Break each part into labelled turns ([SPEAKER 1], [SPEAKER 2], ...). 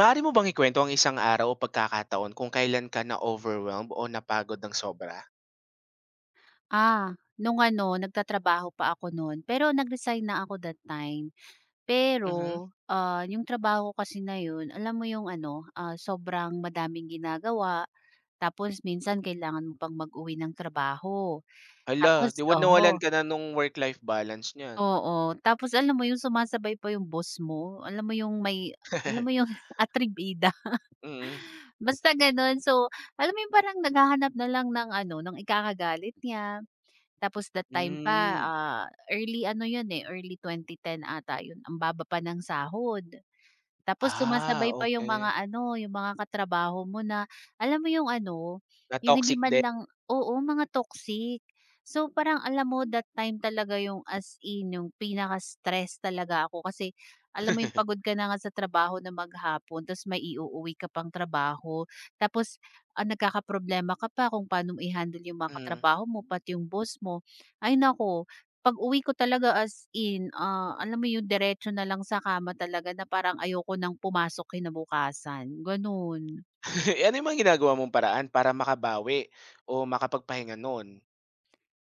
[SPEAKER 1] Maaari mo bang ikwento ang isang araw o pagkakataon kung kailan ka na-overwhelmed o napagod ng sobra?
[SPEAKER 2] Ah, nung ano nagtatrabaho pa ako noon, pero nag-resign na ako that time. Pero,
[SPEAKER 1] Mhm.
[SPEAKER 2] ah, yung trabaho ko kasi na yun alam mo yung ano, ah, sobrang madaming ginagawa tapos minsan kailangan mo pang mag-uwi ng trabaho.
[SPEAKER 1] Hala, 'di
[SPEAKER 2] Tapos
[SPEAKER 1] ba nawalan
[SPEAKER 2] oo,
[SPEAKER 1] ka na nung work-life balance niyan?
[SPEAKER 2] oo. Tapos alam mo yung sumasabay pa yung boss mo, alam mo yung may alam mo yung atribida,
[SPEAKER 1] Mm.
[SPEAKER 2] basta ganun. So, alam mo yung parang naghahanap na lang ng ano, ng ikakagalit niya. Tapos that time pa,
[SPEAKER 1] Hmm.
[SPEAKER 2] ah, early ano yun, eh, early 2010 ata yun, ang baba pa ng sahod. Tapos
[SPEAKER 1] Ah,
[SPEAKER 2] sumasabay pa yung
[SPEAKER 1] okay.
[SPEAKER 2] mga ano, yung mga katrabaho mo na alam mo yung ano, yung hindi
[SPEAKER 1] Na-toxic
[SPEAKER 2] man
[SPEAKER 1] din.
[SPEAKER 2] lang oo, mga toxic. So parang alam mo that time talaga yung as in yung pinaka-stress talaga ako kasi alam mo yung pagod ka na nga sa trabaho na maghapon tapos may iuuwi ka pang trabaho. Tapos ah, nagkakaproblema ka pa kung paano mo i-handle yung mga
[SPEAKER 1] Mm.
[SPEAKER 2] katrabaho mo pati yung boss mo. Ay nako, pag-uwi ko talaga as in, ah, alam mo yung diretso na lang sa kama talaga na parang ayoko nang pumasok kinabukasan, ganun.
[SPEAKER 1] Ano yung mga ginagawa mong paraan para makabawi o makapagpahinga noon?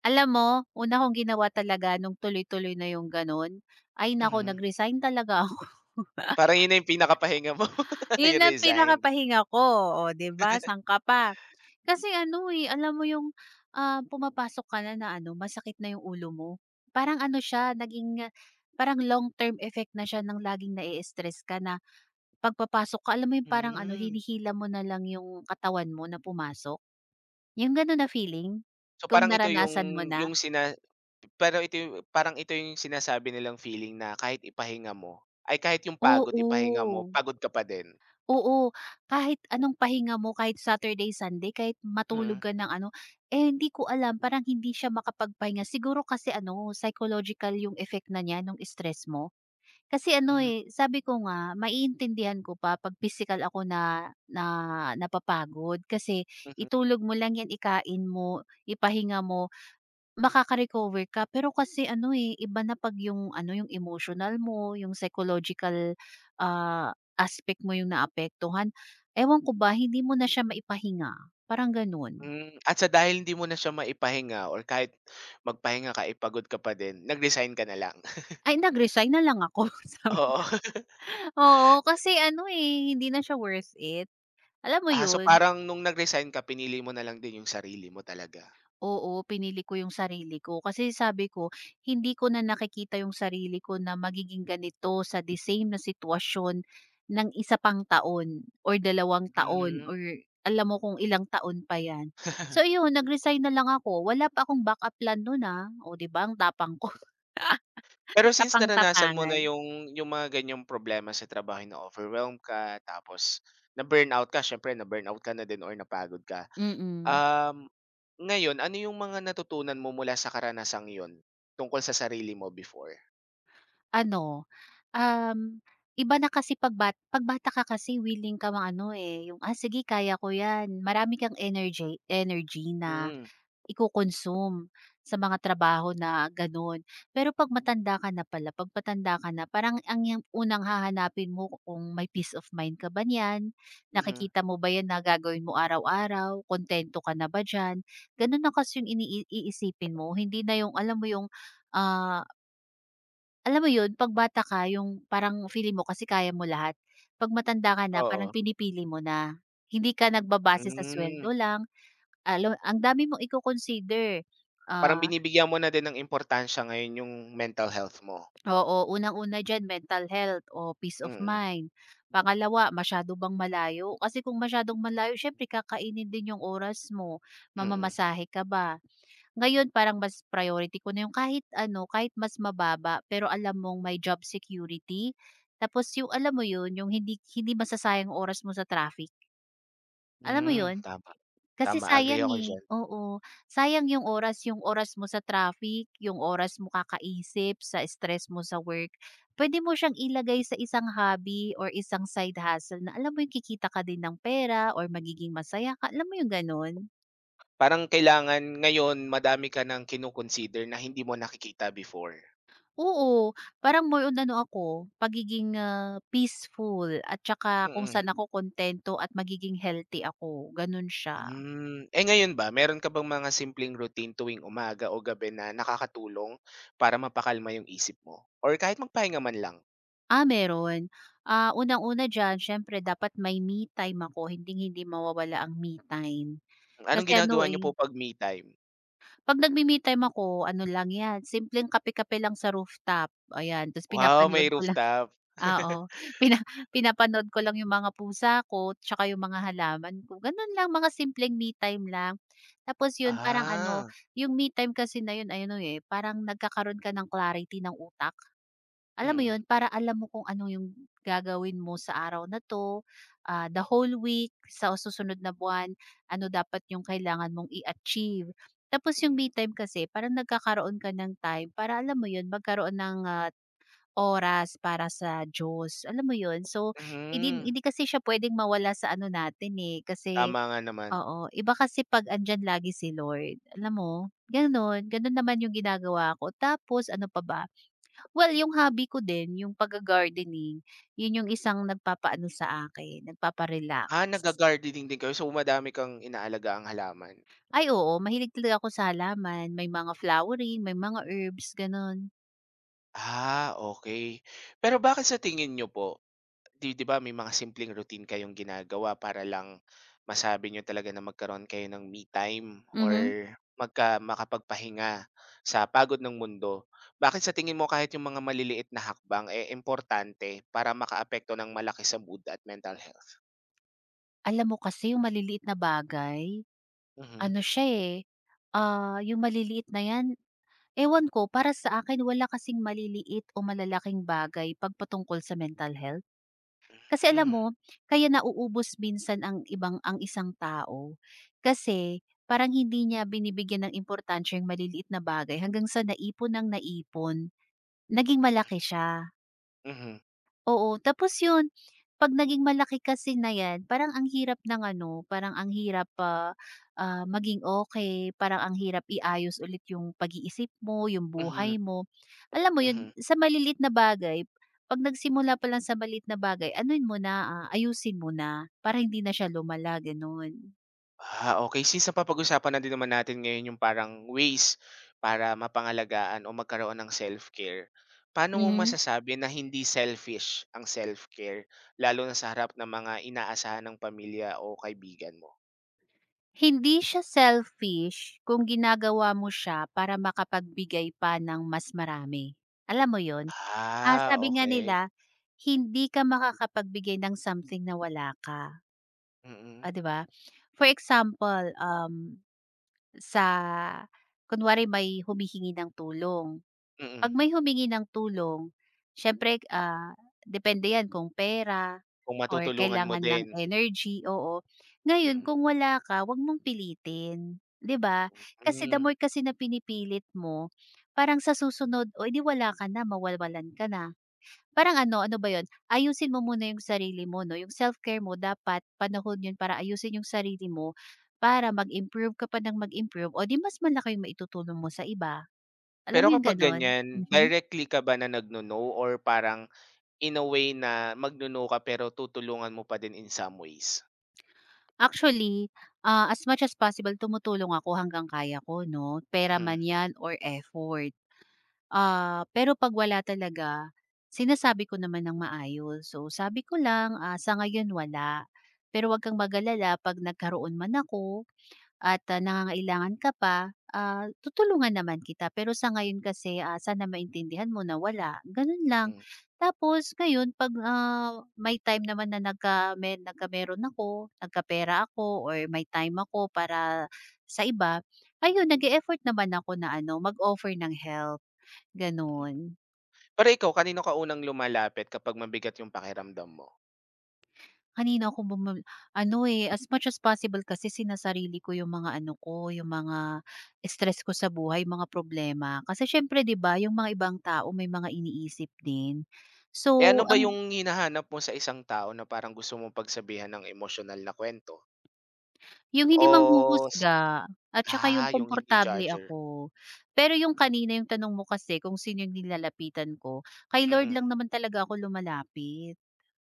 [SPEAKER 2] Alam mo, una kong ginawa talaga nung tuloy-tuloy na yung ganun, ay naku
[SPEAKER 1] Mhm.
[SPEAKER 2] nag-resign talaga ako.
[SPEAKER 1] Parang yun na yung pinakapahinga mo,
[SPEAKER 2] Yun
[SPEAKER 1] yung
[SPEAKER 2] ang
[SPEAKER 1] resign.
[SPEAKER 2] pinakapahinga ko, o 'di ba sangka pa. Kasi ano, eh, alam mo yung, ah, pumapasok ka na na ano masakit na yung ulo mo. Parang ano siya naging, ah, parang long term effect na siya ng laging na-i-stress ka na. Pagpapasok ko alam mo yung parang ano
[SPEAKER 1] Hmm.
[SPEAKER 2] hinihila mo na lang yung katawan mo na pumasok? Yung gano'n na feeling?
[SPEAKER 1] So,
[SPEAKER 2] Kung
[SPEAKER 1] parang ito yung.
[SPEAKER 2] naranasan mo na?
[SPEAKER 1] Yung sina Pero ito yung parang ito yung sinasabi nilang feeling na kahit ipahinga mo ay kahit yung pagod ipahinga mo,
[SPEAKER 2] Oo,
[SPEAKER 1] pagod ka pa din?
[SPEAKER 2] oo kahit anong pahinga mo kahit Saturday, Sunday kahit matulog
[SPEAKER 1] Mm.
[SPEAKER 2] ka ng ano, eh, hindi ko alam parang hindi siya makapagpahinga siguro kasi ano psychological yung effect na niya nung stress mo? Kasi ano,
[SPEAKER 1] Hmm,
[SPEAKER 2] eh, sabi ko nga maiintindihan ko pa 'pag pisikal ako na na napapagod kasi
[SPEAKER 1] mhm.
[SPEAKER 2] itulog mo lang 'yan, ikain mo, ipahinga mo, makaka-recover ka. Pero kasi ano, eh, iba na 'pag yung ano, yung emotional mo, yung psychological, ah, aspect mo yung naapektuhan. Ewan ko ba, hindi mo na siya maipahinga, parang gano'n.
[SPEAKER 1] Hmm, at sa dahil hindi mo na siya maipahinga or kahit magpahinga ka, ipagod pagod ka pa din, nag-resign ka na lang?
[SPEAKER 2] Ay, nag-resign na lang ako, sabi
[SPEAKER 1] Oo.
[SPEAKER 2] oo, kasi ano, eh, hindi na siya worth it, alam mo
[SPEAKER 1] Ah, so
[SPEAKER 2] 'yun?
[SPEAKER 1] parang nung nag-resign ka, pinili mo na lang din yung sarili mo talaga?
[SPEAKER 2] Oo, pinili ko yung sarili ko. Kasi sabi ko, hindi ko na nakikita yung sarili ko na magiging ganito sa the same na sitwasyon ng isa pang taon or dalawang taon
[SPEAKER 1] Hmm.
[SPEAKER 2] or alam mo kung ilang taon pa yan. So yun, nag-resign na lang ako. Wala pa akong backup plan nun ah. O di ba ang tapang ko.
[SPEAKER 1] Pero since naranasan mo na
[SPEAKER 2] Tapang-tapangan.
[SPEAKER 1] yung mga ganiyang problema sa trabaho, na-overwhelm ka tapos na-burnout ka, siyempre na-burnout ka na din or napagod ka.
[SPEAKER 2] Mm.
[SPEAKER 1] Um, Ngayon ano yung mga natutunan mo mula sa karanasang yun, tungkol sa sarili mo before?
[SPEAKER 2] Ano, um, iba na kasi pagbata 'pag bata ka kasi willing kang ano, eh, yung, "Ah, sige kaya ko 'yan." Marami kang energy energy na
[SPEAKER 1] Hmm,
[SPEAKER 2] iko-consume sa mga trabaho na gano'n. Pero 'pag matanda ka na pala, 'pag matanda ka na parang ang yang unang hahanapin mo kung may peace of mind ka ba niyan,
[SPEAKER 1] mhm,
[SPEAKER 2] nakikita mo ba 'yan na gagawin mo araw-araw, kuntento ka na ba diyan? Gano'n na kasi yung iisipin mo, hindi na yung alam mo yung, ah, alam mo yun, 'pag bata ka yung parang feeling mo kasi kaya mo lahat. 'Pag matanda ka na parang
[SPEAKER 1] oo,
[SPEAKER 2] pinipili mo na. Hindi ka nagbabase sa
[SPEAKER 1] hmm.
[SPEAKER 2] sweldo lang, alam ang dami mong iko-consider.
[SPEAKER 1] Parang
[SPEAKER 2] Ah,
[SPEAKER 1] binibigyan mo na din ng importansya ngayon yung mental health mo?
[SPEAKER 2] oo, unang-una diyan mental health o peace of
[SPEAKER 1] Mm,
[SPEAKER 2] mind. Pangalawa, masyado bang malayo? Kasi kung masyadong malayo siyempre kakainin din yung oras mo,
[SPEAKER 1] mm,
[SPEAKER 2] mamamasahe ka ba? Ngayon parang mas priority ko na yung kahit ano, kahit mas mababa pero alam mong may job security. Tapos yung alam mo yun, yung hindi hindi masasayang ang oras mo sa traffic, alam mo
[SPEAKER 1] hmm,
[SPEAKER 2] yun?
[SPEAKER 1] tama,
[SPEAKER 2] Kasi
[SPEAKER 1] tama agree
[SPEAKER 2] sayang,
[SPEAKER 1] ako
[SPEAKER 2] eh,
[SPEAKER 1] diyan.
[SPEAKER 2] oo. Sayang yung oras mo sa traffic, yung oras mo kakaisip, sa stress mo sa work. Pwede mo siyang ilagay sa isang hobby or isang side hustle na alam mo yung kikita ka din ng pera or magiging masaya ka, alam mo yung gano'n?
[SPEAKER 1] Parang kailangan ngayon madami ka ng kino-consider na hindi mo nakikita before,
[SPEAKER 2] Oo, parang more on ano ako, pagiging, ah, peaceful at tsaka kung
[SPEAKER 1] mm.
[SPEAKER 2] saan ako kontento at magiging healthy ako, gano'n siya.
[SPEAKER 1] Hmm, eh, ngayon ba meron ka bang mga simpleng routine tuwing umaga o gabi na nakakatulong para mapakalma yung isip mo or kahit magpahinga man lang?
[SPEAKER 2] Ah, meron. Ah, unang-una diyan siyempre dapat may me time ako, hindi hindi mawawala ang me time.
[SPEAKER 1] Anong
[SPEAKER 2] Kasi ano,
[SPEAKER 1] ginagawa niyo
[SPEAKER 2] eh,
[SPEAKER 1] po 'pag me time?
[SPEAKER 2] 'pag nagme-me time ako ano lang 'yan, simpleng kape-kape lang sa rooftop, ayan, tapos
[SPEAKER 1] Wow,
[SPEAKER 2] pinapanood
[SPEAKER 1] may
[SPEAKER 2] ko.
[SPEAKER 1] rooftop.
[SPEAKER 2] Ah, oo, pina pinapanood ko lang yung mga pusa ko tsaka yung mga halaman ko, ganun lang mga simpleng me time lang. Tapos yun parang ano,
[SPEAKER 1] Ah,
[SPEAKER 2] yung me time kasi na yun ano, eh, parang nagkakaroon ka ng clarity ng utak. Alam mo
[SPEAKER 1] mm,
[SPEAKER 2] yun, para alam mo kung ano yung gagawin mo sa araw na 'to, ah, the whole week, sa susunod na buwan, ano dapat yung kailangan mong i-achieve. Tapos yung
[SPEAKER 1] mm.
[SPEAKER 2] me time kasi parang nagkakaroon ka ng time para alam mo yun, magkaroon ng, ah, oras para sa Diyos, alam mo 'yun? So, hindi
[SPEAKER 1] Mhm,
[SPEAKER 2] hindi kasi siya pwedeng mawala sa ano natin, eh, kasi
[SPEAKER 1] tama nga naman.
[SPEAKER 2] oo, iba kasi 'pag andiyan lagi si Lord, alam mo? Gano'n, gano'n naman 'yung ginagawa ko. Tapos ano pa ba? Well, 'yung hobby ko din, 'yung pagga-gardening, 'yun 'yung isang nagpapaano sa akin, nagpapa-relax.
[SPEAKER 1] Ah, nagga-gardening din kayo so madami kang inaalaga ang halaman.
[SPEAKER 2] Ay oo, mahilig talaga ako sa halaman, may mga flowering, may mga herbs, gano'n.
[SPEAKER 1] Ah, okay. Pero bakit sa tingin nyo po 'Di ba may mga simpleng routine kayong ginagawa para lang masabi niyo talaga na magkaroon kayo ng me time or
[SPEAKER 2] Mhm.
[SPEAKER 1] makapagpahinga sa pagod ng mundo. Bakit sa tingin mo kahit yung mga maliliit na hakbang, eh, importante para makaapekto ng malaki sa mood at mental health?
[SPEAKER 2] Alam mo kasi yung maliliit na bagay,
[SPEAKER 1] Mhm.
[SPEAKER 2] ano siya, eh, ah, yung maliliit na 'yan, ewan ko para sa akin wala kasing maliliit o malalaking bagay pagpatungkol sa mental health. Kasi alam
[SPEAKER 1] Hmm,
[SPEAKER 2] mo, kaya nauubos minsan ang ibang ang isang tao, kasi parang hindi niya binibigyan ng importansya yung maliliit na bagay hanggang sa naipon ng naipon, naging malaki siya.
[SPEAKER 1] mhm,
[SPEAKER 2] Oo, tapos yun, 'pag naging malaki kasi na 'yan, parang ang hirap ng ano, parang ang hirap, ah, maging okay parang ang hirap iayos ulit yung pag-iisip mo, yung
[SPEAKER 1] mhm,
[SPEAKER 2] buhay mo. Alam mo yun,
[SPEAKER 1] mhm.
[SPEAKER 2] sa malilit na bagay, 'pag nagsimula pa lang sa malilit na bagay, anuhin mo na, ah, ayusin mo na, para hindi na siya lumala, gano'n.
[SPEAKER 1] Ah, okay. Since napapag-usapan na din naman natin ngayon yung parang ways para mapangalagaan o magkaroon ng self-care. Paano mo
[SPEAKER 2] Mhm.
[SPEAKER 1] masasabi na hindi selfish ang self-care lalo na sa harap ng mga inaasahan ng pamilya o kaibigan mo?
[SPEAKER 2] Hindi siya selfish kung ginagawa mo siya para makapagbigay pa ng mas marami. Alam mo yun? Ah,
[SPEAKER 1] Ah,
[SPEAKER 2] sabi nga nila,
[SPEAKER 1] okay.
[SPEAKER 2] hindi ka makakapagbigay ng something na wala ka,
[SPEAKER 1] Mm,
[SPEAKER 2] oh, 'di ba? For example, sa kunwari may humihingi ng tulong.
[SPEAKER 1] mm.
[SPEAKER 2] 'Pag may humingi ng tulong, siyempre, ah, depende 'yan kung pera
[SPEAKER 1] Kung
[SPEAKER 2] or
[SPEAKER 1] matutulungan mo
[SPEAKER 2] kailangan ng
[SPEAKER 1] din.
[SPEAKER 2] energy, oo. Ngayon
[SPEAKER 1] Mm,
[SPEAKER 2] kung wala ka, 'wag mong pilitin, 'di ba? Kasi the
[SPEAKER 1] hmm.
[SPEAKER 2] more kasi na pinipilit mo, parang sa susunod, "O, eh, 'di wala ka na, mawawalan ka na." Parang ano, ano ba yun, ayusin mo muna yung sarili mo 'no, yung self-care mo dapat panahon yun para ayusin yung sarili mo, para mag-improve ka pa ng mag-improve o 'di mas malaki yung maitutulong mo sa iba. Alam
[SPEAKER 1] Pero
[SPEAKER 2] mo yung
[SPEAKER 1] kapag
[SPEAKER 2] gano'n?
[SPEAKER 1] ganyan,
[SPEAKER 2] Mhm.
[SPEAKER 1] directly ka ba na nagno-no or parang in a way na magno-no ka pero tutulungan mo pa din in some ways?
[SPEAKER 2] Actually, ah, as much as possible tumutulong ako hanggang kaya ko 'no, pera
[SPEAKER 1] Mhm,
[SPEAKER 2] man 'yan or effort. Ah, pero 'pag wala talaga, sinasabi ko naman ng maayos. So, sabi ko lang, ah, sa ngayon wala, pero 'wag kang mag 'pag nagkaroon man ako at, ah, nangangailangan ka pa, ah, tutulungan naman kita. Pero sa ngayon kasi, ah, sana maintindihan mo na wala, gano'n lang.
[SPEAKER 1] mm.
[SPEAKER 2] Tapos ngayon 'pag, ah, may time naman na nagkameron ako, nagkapera ako or may time ako para sa iba, ayun nag effort naman ako na ano, mag-offer ng help, gano'n.
[SPEAKER 1] Pero ikaw, kanino ka unang lumalapit kapag mabigat yung pakiramdam mo?
[SPEAKER 2] Kanina ako bumab Ano, eh, as much as possible kasi sinasarili ko yung mga ano ko, yung mga stress ko sa buhay, mga problema. Kasi siyempre 'di ba, yung mga ibang tao may mga iniisip din.
[SPEAKER 1] Eh, ano
[SPEAKER 2] So,
[SPEAKER 1] ba
[SPEAKER 2] ang
[SPEAKER 1] yung hinahanap mo sa isang tao na parang gusto mong pagsabihan ng emosyonal na kwento?
[SPEAKER 2] yung hindi
[SPEAKER 1] O s
[SPEAKER 2] manghuhusga at saka yung
[SPEAKER 1] yung hindi
[SPEAKER 2] komportable
[SPEAKER 1] judger.
[SPEAKER 2] ako. Pero yung kanina yung tanong mo kasi kung sino yung nilalapitan ko, kay Lord
[SPEAKER 1] Mm.
[SPEAKER 2] lang naman talaga ako lumalapit.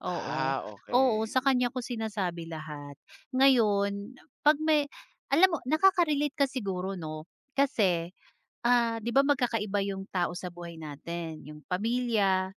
[SPEAKER 2] Oo,
[SPEAKER 1] Ah,
[SPEAKER 2] oo
[SPEAKER 1] okay.
[SPEAKER 2] sa kanya ko sinasabi lahat. Ngayon, 'pag may alam mo nakaka-relate ka siguro 'no, kasi, ah, 'di ba magkakaiba yung tao sa buhay natin, yung pamilya,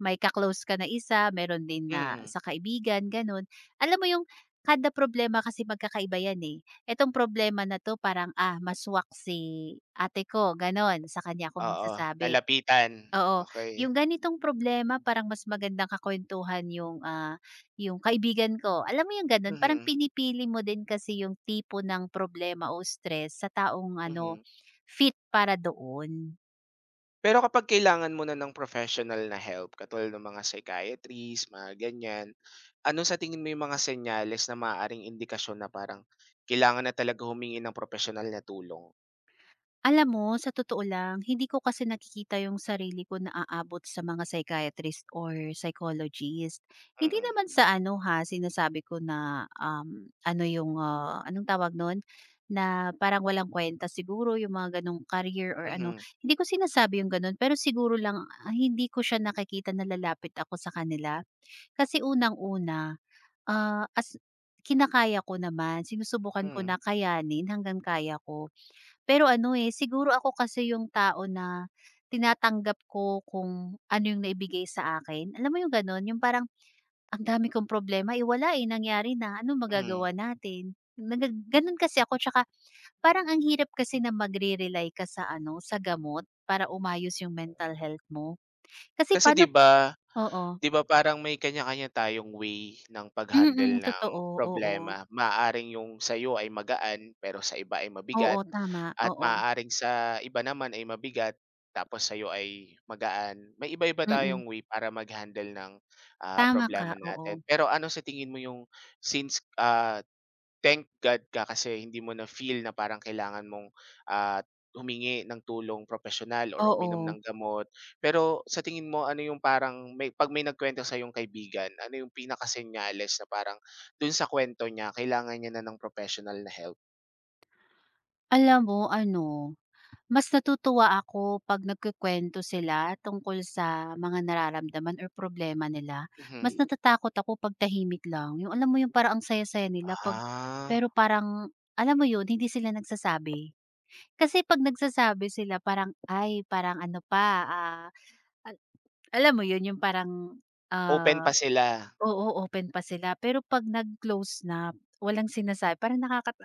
[SPEAKER 2] may ka ka na isa, meron din na
[SPEAKER 1] Mm.
[SPEAKER 2] sa kaibigan, gano'n. Alam mo yung kada problema kasi magkakaiba yan, eh. Itong problema na 'to parang, ah, "Maswak si ate ko," gano'n, sa kanya ako
[SPEAKER 1] Oo,
[SPEAKER 2] magsasabi.
[SPEAKER 1] lalapitan,
[SPEAKER 2] Oo,
[SPEAKER 1] okay.
[SPEAKER 2] yung ganitong problema parang mas magandang kakuwentuhan yung, ah, yung kaibigan ko. Alam mo yung gano'n, parang
[SPEAKER 1] Mhm,
[SPEAKER 2] pinipili mo din kasi yung tipo ng problema o stress sa taong ano,
[SPEAKER 1] mhm.
[SPEAKER 2] fit para doon.
[SPEAKER 1] Pero kapag kailangan mo na ng professional na help katulad ng mga psychiatrist, mga ganyan, ano sa tingin mo yung mga senyales na maaaring indikasyon na parang kailangan na talaga humingi ng professional na tulong?
[SPEAKER 2] Alam mo, sa totoo lang, hindi ko kasi nakikita yung sarili ko na aabot sa mga psychiatrist or psychologist. Hindi
[SPEAKER 1] Mm.
[SPEAKER 2] naman sa ano ha, sinasabi ko na ano yung, ah, anong tawag nun? Na parang walang kwenta siguro yung mga ganong career or ano.
[SPEAKER 1] Mhm.
[SPEAKER 2] Hindi ko sinasabi yung ganon, pero siguro lang ah, hindi ko siya nakikita na lalapit ako sa kanila. Kasi unang-una, ah, kinakaya ko naman, sinusubukan ko
[SPEAKER 1] Hmm.
[SPEAKER 2] na kayanin hanggang kaya ko. Pero ano, eh, siguro ako kasi yung tao na tinatanggap ko kung ano yung naibigay sa akin. Alam mo yung gano'n, yung parang ang dami kong problema, eh, wala, eh, nangyari na, ano
[SPEAKER 1] Mhm.
[SPEAKER 2] magagawa natin? Naga gano'n kasi ako tsaka parang ang hirap kasi na magre-rely ka sa ano, sa gamot para umayos yung mental health mo. Kasi
[SPEAKER 1] Kasi 'di
[SPEAKER 2] paano
[SPEAKER 1] ba
[SPEAKER 2] oo,
[SPEAKER 1] 'Di ba parang may kanya-kanya tayong way ng pag-handle
[SPEAKER 2] mm,
[SPEAKER 1] ng
[SPEAKER 2] totoo, oo.
[SPEAKER 1] problema. Maaaring yung sa'yo ay magaan, pero sa iba ay
[SPEAKER 2] Oo,
[SPEAKER 1] mabigat
[SPEAKER 2] tama,
[SPEAKER 1] at
[SPEAKER 2] oo,
[SPEAKER 1] maaaring sa iba naman ay mabigat, tapos sa'yo ay magaan. May iba-iba
[SPEAKER 2] mm.
[SPEAKER 1] tayong way para mag-handle ng, ah,
[SPEAKER 2] Tama ka,
[SPEAKER 1] problema
[SPEAKER 2] oo.
[SPEAKER 1] natin. Pero ano sa tingin mo since, thank God ka kasi hindi mo na-feel na parang kailangan mong, ah, humingi ng tulong profesional or uminom
[SPEAKER 2] Oo.
[SPEAKER 1] ng gamot. Pero sa tingin mo ano yung parang 'pag may nagkuwento sa'yong kaibigan, ano yung pinakasenyales na parang dun sa kuwento niya kailangan niya na ng professional na help?
[SPEAKER 2] Alam mo ano mas natutuwa ako 'pag nagkukuwento sila tungkol sa mga nararamdaman or problema nila. Mas
[SPEAKER 1] Mhm.
[SPEAKER 2] natatakot ako 'pag tahimik lang, yung alam mo yung parang ang saya-saya nila 'pag
[SPEAKER 1] Ah,
[SPEAKER 2] pero parang alam mo yun, hindi sila nagsasabi. Kasi 'pag nagsasabi sila parang, ay parang ano pa, ah, al alam mo yun, yung parang,
[SPEAKER 1] open pa
[SPEAKER 2] ah
[SPEAKER 1] sila.
[SPEAKER 2] oo, open pa sila. Pero 'pag nag-close na, walang sinasabi parang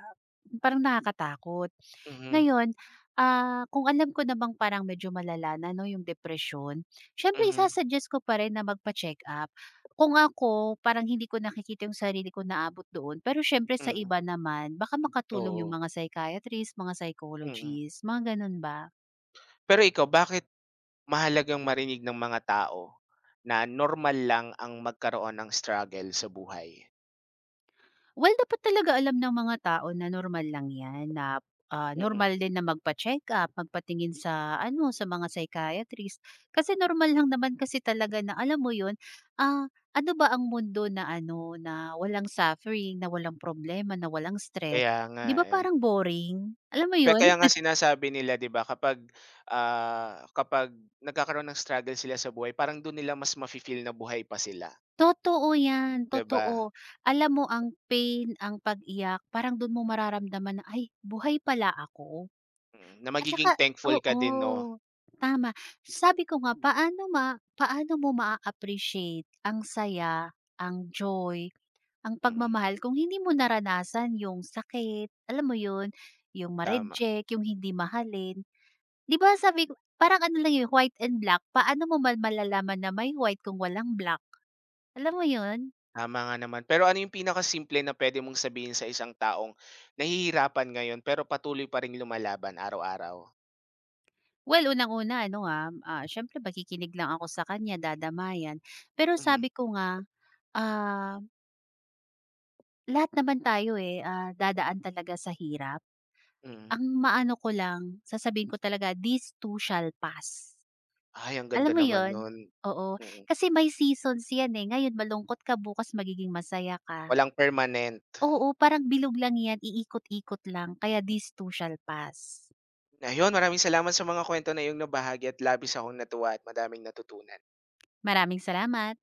[SPEAKER 2] parang nakakatakot.
[SPEAKER 1] Mhm,
[SPEAKER 2] Ngayon, ah, kung alam ko namang parang medyo malala na 'no yung depression, siyempre
[SPEAKER 1] mhm,
[SPEAKER 2] isa-suggest ko pa rin na magpa-check-up. Kung ako, parang hindi ko nakikita yung sarili ko naabot doon, pero siyempre sa
[SPEAKER 1] mm.
[SPEAKER 2] iba naman baka makatulong yung
[SPEAKER 1] Oo,
[SPEAKER 2] mga psychiatrist, mga
[SPEAKER 1] mm.
[SPEAKER 2] psychologists, mga gano'n ba?
[SPEAKER 1] Pero ikaw bakit mahalagang marinig ng mga tao na normal lang ang magkaroon ng struggle sa buhay?
[SPEAKER 2] Well, dapat talaga alam ng mga tao na normal lang 'yan na, ah,
[SPEAKER 1] Mm,
[SPEAKER 2] normal din na magpa-check-up, magpatingin sa ano, sa mga psychiatrist. Kasi normal lang naman kasi talaga na alam mo 'yun, ah, ano ba ang mundo na ano, na walang suffering, na walang problema, na walang stress.
[SPEAKER 1] kaya nga,
[SPEAKER 2] 'Di ba
[SPEAKER 1] eh.
[SPEAKER 2] parang boring? Alam mo 'yun?
[SPEAKER 1] Kaya nga sinasabi nila 'di ba kapag, ah, kapag nagkakaroon ng struggle sila sa buhay parang dun nila mas mafi-feel na buhay pa sila,
[SPEAKER 2] Totoo 'yan,
[SPEAKER 1] 'di ba?
[SPEAKER 2] totoo. Alam mo ang pain, ang pag-iyak, parang do'n mo mararamdaman na, "Ay, buhay pala ako."
[SPEAKER 1] Mm, na
[SPEAKER 2] At
[SPEAKER 1] magiging
[SPEAKER 2] saka
[SPEAKER 1] thankful ka din 'no?
[SPEAKER 2] oo, tama. Sabi ko nga paano mo maa-appreciate ang saya, ang joy, ang
[SPEAKER 1] Mm,
[SPEAKER 2] pagmamahal kung hindi mo naranasan yung sakit, alam mo yun? Yung
[SPEAKER 1] tama.
[SPEAKER 2] ma-reject, yung hindi mahalin. 'Di ba sabi ko parang ano lang yun, white and black. Paano mo malalaman na may white kung walang black? Alam mo yun?
[SPEAKER 1] Tama nga naman. Pero ano yung pinakasimple na pwede mong sabihin sa isang taong nahihirapan ngayon pero patuloy pa ring lumalaban araw-araw?
[SPEAKER 2] Well, unang-una ano, ah, ah, siyempre makikinig lang ako sa kanya, dadamayan. Pero
[SPEAKER 1] Mhm,
[SPEAKER 2] sabi ko nga, ah, lahat naman tayo, eh, ah, dadaan talaga sa hirap.
[SPEAKER 1] mm.
[SPEAKER 2] Ang maano ko lang, sasabihin ko talaga, "This too shall pass."
[SPEAKER 1] Ay ang
[SPEAKER 2] Alam
[SPEAKER 1] ganda
[SPEAKER 2] mo
[SPEAKER 1] naman
[SPEAKER 2] yon?
[SPEAKER 1] nun.
[SPEAKER 2] Oo,
[SPEAKER 1] Mm,
[SPEAKER 2] kasi may seasons 'yan, eh. Ngayon malungkot ka, bukas magiging masaya ka.
[SPEAKER 1] walang permanent.
[SPEAKER 2] Oo, parang bilog lang 'yan, iikot-ikot lang, kaya this too shall pass.
[SPEAKER 1] Ayun, maraming salamat sa mga kwento na iyong nabahagi at labis akong natuwa at madaming natutunan.
[SPEAKER 2] Maraming salamat.